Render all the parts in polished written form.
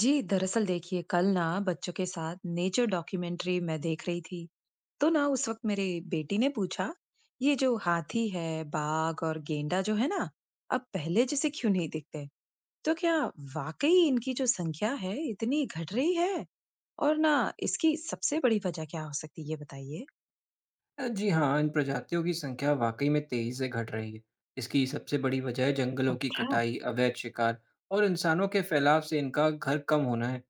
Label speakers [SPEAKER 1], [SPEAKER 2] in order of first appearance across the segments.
[SPEAKER 1] जी, दरअसल देखिए कल ना बच्चों के साथ नेचर डॉक्यूमेंट्री मैं देख रही थी। तो ना उस वक्त मेरे बेटी ने पूछा, ये जो हाथी है बाघ और गेंडा जो है ना, अब पहले जैसे क्यों नहीं दिखते। तो क्या वाकई इनकी जो संख्या है इतनी घट रही है और ना इसकी सबसे बड़ी वजह क्या हो सकती है ये बताइए।
[SPEAKER 2] जी हाँ, इन प्रजातियों की संख्या वाकई में तेज़ी से घट रही है। इसकी सबसे बड़ी वजह जंगलों की
[SPEAKER 1] अच्छा,
[SPEAKER 2] कटाई, अवैध शिकार और इंसानों के फैलाव से इनका घर कम होना है।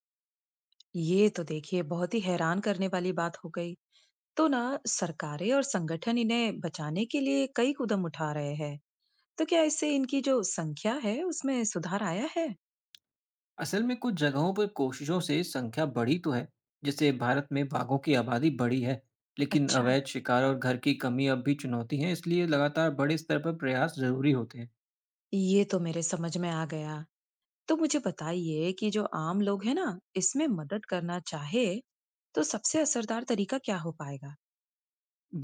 [SPEAKER 1] ये तो देखिए बहुत ही हैरान करने वाली बात हो गई। तो ना सरकारें और संगठन इन्हें बचाने के लिए कई कदम उठा रहे हैं, तो क्या इससे इनकी जो संख्या है उसमें सुधार आया है?
[SPEAKER 2] असल में कुछ जगहों पर कोशिशों से संख्या बढ़ी तो है, जैसे भारत में बाघों की आबादी बढ़ी है, लेकिन
[SPEAKER 1] अच्छा,
[SPEAKER 2] अवैध शिकार और घर की कमी अब भी चुनौती है, इसलिए लगातार बड़े स्तर पर प्रयास ज़रूरी होते हैं।
[SPEAKER 1] ये तो मेरे समझ में आ गया। तो मुझे बताइए कि जो आम लोग हैं ना, इसमें मदद करना चाहे, तो सबसे असरदार तरीका क्या हो पाएगा?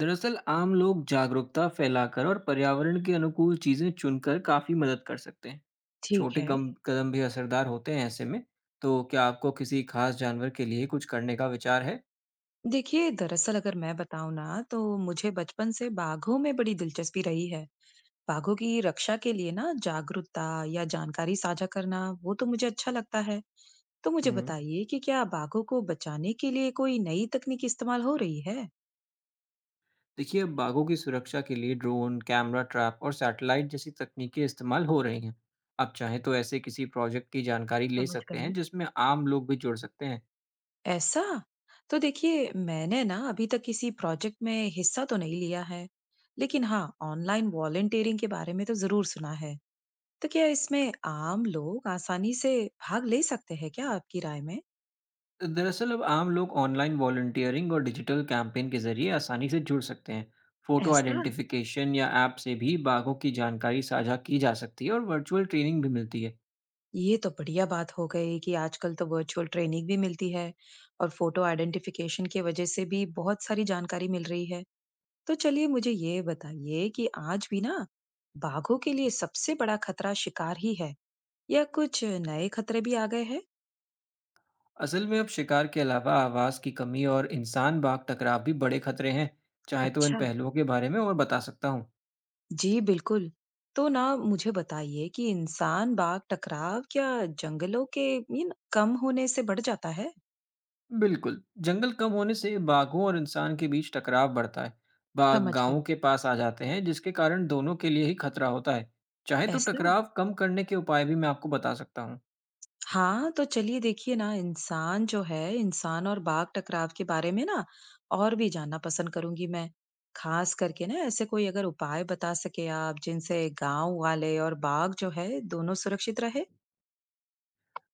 [SPEAKER 2] दरअसल आम लोग जागरूकता फैलाकर और पर्यावरण के अनुकूल चीजें चुनकर काफी मदद कर सकते हैं।
[SPEAKER 1] ठीक
[SPEAKER 2] छोटे
[SPEAKER 1] है।
[SPEAKER 2] कम कदम भी असरदार होते हैं ऐसे में। तो क्या आपको किसी खास जानवर के लिए कुछ करने का विचार है?
[SPEAKER 1] देखिए, दरअसल अगर मैं बताऊं ना, तो मुझे बचपन से बाघों में बड़ी दिलचस्पी रही है। बाघों की रक्षा के लिए ना जागरूकता या जानकारी साझा करना, वो तो मुझे अच्छा लगता है। तो मुझे
[SPEAKER 2] हम्म।
[SPEAKER 1] बताइए कि क्या बाघों को बचाने के लिए कोई नई तकनीक इस्तेमाल हो रही है?
[SPEAKER 2] देखिए अब बाघों की सुरक्षा के लिए ड्रोन, कैमरा ट्रैप और सैटेलाइट जैसी तकनीकें इस्तेमाल हो रही हैं। आप चाहें तो ऐसे किसी प्रोजेक्ट की जानकारी ले
[SPEAKER 1] समझ
[SPEAKER 2] सकते
[SPEAKER 1] गई।
[SPEAKER 2] हैं जिसमें आम लोग भी जुड़ सकते हैं।
[SPEAKER 1] ऐसा। तो देखिए मैंने ना अभी तक किसी प्रोजेक्ट में हिस्सा तो नहीं लिया है, लेकिन हाँ ऑनलाइन वॉलेंटियरिंग के बारे में तो जरूर सुना है। तो क्या इसमें आम लोग आसानी से भाग ले सकते हैं क्या आपकी राय में?
[SPEAKER 2] दरअसल अब आम लोग ऑनलाइन वॉलंटियरिंग और डिजिटल कैंपेन के जरिए आसानी से जुड़ सकते हैं। फोटो
[SPEAKER 1] ऐसा।
[SPEAKER 2] आइडेंटिफिकेशन या ऐप से भी बाघों की जानकारी साझा की जा सकती है और वर्चुअल ट्रेनिंग भी मिलती है।
[SPEAKER 1] ये तो बढ़िया बात हो गई कि आजकल तो वर्चुअल ट्रेनिंग भी मिलती है और फोटो आइडेंटिफिकेशन की वजह से भी बहुत सारी जानकारी मिल रही है। तो चलिए मुझे ये बताइए कि आज भी ना बाघों के लिए सबसे बड़ा खतरा शिकार ही है या कुछ नए खतरे भी आ गए हैं?
[SPEAKER 2] असल में अब शिकार के अलावा आवाज़ की कमी और इंसान बाघ टकराव भी बड़े खतरे हैं। चाहे तो इन
[SPEAKER 1] अच्छा,
[SPEAKER 2] पहलुओं के बारे में और बता सकता हूँ।
[SPEAKER 1] जी बिल्कुल। तो ना मुझे बताइए कि इंसान बाग टकराव या जंगलों के मीन कम होने से बढ़ जाता है?
[SPEAKER 2] बिल्कुल जंगल कम होने से बाघों और इंसान के बीच टकराव बढ़ता है। बाघ
[SPEAKER 1] समझ गई।
[SPEAKER 2] गांवों के पास आ जाते हैं जिसके कारण दोनों के लिए ही खतरा होता है। चाहे तो
[SPEAKER 1] ऐसा।
[SPEAKER 2] टकराव कम करने के उपाय भी मैं आपको बता सकता हूँ।
[SPEAKER 1] हाँ, तो चलिए देखिए ना इंसान जो है इंसान और बाघ टकराव के बारे में ना और भी जानना पसंद करूंगी मैं। खास करके ना ऐसे कोई अगर उपाय बता सके आप जिनसे गांव वाले और बाघ जो है दोनों सुरक्षित रहे।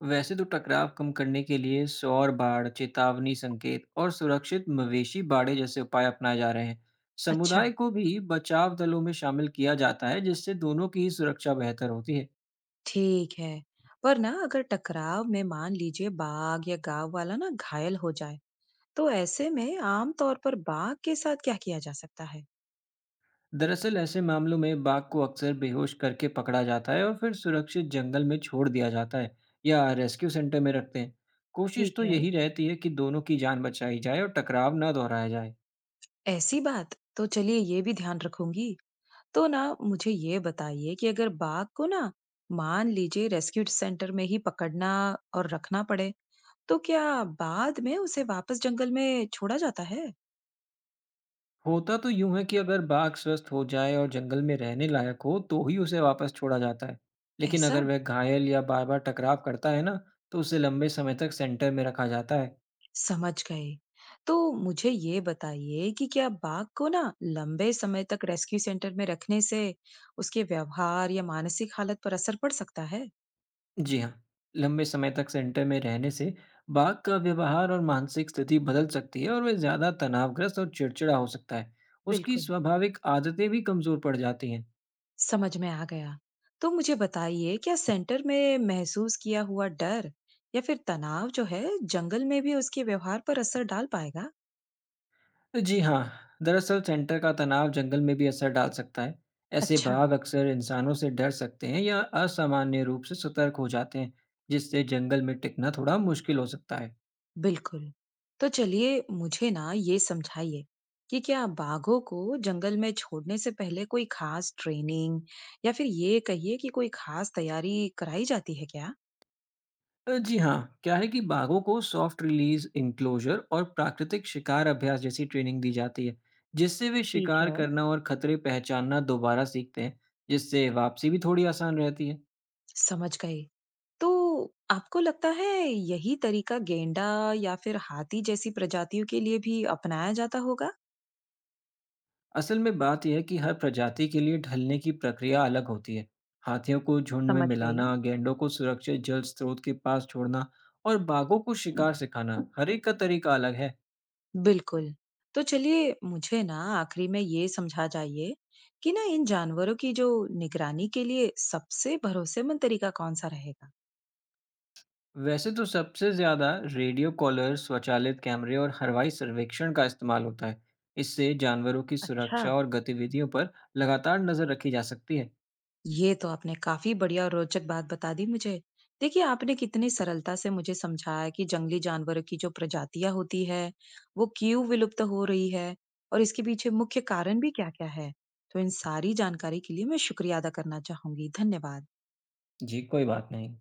[SPEAKER 2] वैसे तो टकराव कम करने के लिए सौर बाढ़, चेतावनी संकेत और सुरक्षित मवेशी बाड़े जैसे उपाय अपनाए जा रहे हैं।
[SPEAKER 1] अच्छा,
[SPEAKER 2] समुदाय को भी बचाव दलों में शामिल किया जाता है, जिससे दोनों की ही सुरक्षा बेहतर होती है।
[SPEAKER 1] ठीक है। पर ना अगर टकराव में मान लीजिए बाघ या गांव वाला ना घायल हो जाए, तो ऐसे में आमतौर पर बाघ के साथ क्या किया जा सकता है?
[SPEAKER 2] दरअसल ऐसे मामलों में बाघ को अक्सर बेहोश करके पकड़ा जाता है और फिर सुरक्षित जंगल में छोड़ दिया जाता है या रेस्क्यू सेंटर में रखते हैं। कोशिश
[SPEAKER 1] ठीक
[SPEAKER 2] तो
[SPEAKER 1] है।
[SPEAKER 2] यही रहती है कि दोनों की जान बचाई जाए और टकराव ना दोहराया जाए।
[SPEAKER 1] ऐसी बात तो चलिए ये भी ध्यान रखूंगी। तो ना मुझे ये बताइए कि अगर बाघ को ना मान लीजिए रेस्क्यू सेंटर में ही पकड़ना और रखना पड़े, तो क्या बाद में उसे वापस जंगल में छोड़ा जाता है?
[SPEAKER 2] होता तो यूं है कि अगर बाघ स्वस्थ हो जाए और जंगल में रहने लायक हो तो ही उसे वापस छोड़ा जाता है, लेकिन
[SPEAKER 1] ऐसा।
[SPEAKER 2] अगर वह घायल या बार बार टकराव करता है ना, तो उसे लंबे समय तक सेंटर में रखा जाता है।
[SPEAKER 1] समझ गई। तो मुझे ये बताइए कि क्या बाघ को ना लंबे समय तक रेस्क्यू सेंटर में रखने से उसके व्यवहार या मानसिक हालत पर असर पड़ सकता है?
[SPEAKER 2] जी हाँ, लंबे समय तक सेंटर में रहने से बाघ का व्यवहार और मानसिक स्थिति बदल सकती है और वह ज्यादा तनावग्रस्त और चिड़चिड़ा हो सकता है। उसकी
[SPEAKER 1] बिल्कुल।
[SPEAKER 2] स्वाभाविक आदतें भी कमजोर पड़ जाती हैं।
[SPEAKER 1] समझ में आ गया। तो मुझे बताइए क्या सेंटर में महसूस किया हुआ डर या फिर तनाव जो है जंगल में भी उसके व्यवहार पर असर डाल पाएगा?
[SPEAKER 2] जी हाँ, दरअसल सेंटर का तनाव जंगल में भी असर डाल सकता है। ऐसे
[SPEAKER 1] अच्छा।
[SPEAKER 2] बाघ अक्सर इंसानों से डर सकते हैं या असामान्य रूप से सतर्क हो जाते हैं, जिससे जंगल में टिकना थोड़ा मुश्किल हो सकता है।
[SPEAKER 1] बिल्कुल। तो चलिए मुझे ना ये समझाइए कि क्या बाघों को जंगल में छोड़ने से पहले कोई खास ट्रेनिंग या फिर ये कहिए कि कोई खास तैयारी कराई जाती है क्या?
[SPEAKER 2] जी हाँ, क्या है कि बाघों को सॉफ्ट रिलीज इंक्लोजर और प्राकृतिक शिकार अभ्यास जैसी ट्रेनिंग दी जाती है, जिससे वे
[SPEAKER 1] ठीक
[SPEAKER 2] शिकार
[SPEAKER 1] है।
[SPEAKER 2] करना और खतरे पहचानना दोबारा सीखते हैं, जिससे वापसी भी थोड़ी आसान रहती है।
[SPEAKER 1] समझ गए। तो आपको लगता है यही तरीका गेंडा या फिर हाथी जैसी प्रजातियों के लिए भी अपनाया जाता होगा?
[SPEAKER 2] असल में बात यह है कि हर प्रजाति के लिए ढलने की प्रक्रिया अलग होती है। हाथियों को झुंड में
[SPEAKER 1] समझ गई।
[SPEAKER 2] मिलाना, गैंडों को सुरक्षित जल स्रोत के पास छोड़ना और बाघों को शिकार सिखाना, हर एक का तरीका अलग है।
[SPEAKER 1] बिल्कुल। तो चलिए मुझे ना आखिरी में ये समझा जाइए कि ना इन जानवरों की जो निगरानी के लिए सबसे भरोसेमंद तरीका कौन-सा रहेगा?
[SPEAKER 2] वैसे तो सबसे ज्यादा रेडियो कॉलर, स्वचालित कैमरे और हवाई सर्वेक्षण का इस्तेमाल होता है। इससे जानवरों की
[SPEAKER 1] अच्छा।
[SPEAKER 2] सुरक्षा और गतिविधियों पर लगातार नजर रखी जा सकती है।
[SPEAKER 1] ये तो आपने काफी बढ़िया और रोचक बात बता दी मुझे। देखिए आपने कितनी सरलता से मुझे समझाया कि जंगली जानवरों की जो प्रजातियां होती है वो क्यों विलुप्त हो रही है और इसके पीछे मुख्य कारण भी क्या-क्या है। तो इन सारी जानकारी के लिए मैं शुक्रिया अदा करना चाहूंगी। धन्यवाद।
[SPEAKER 2] जी, कोई बात नहीं।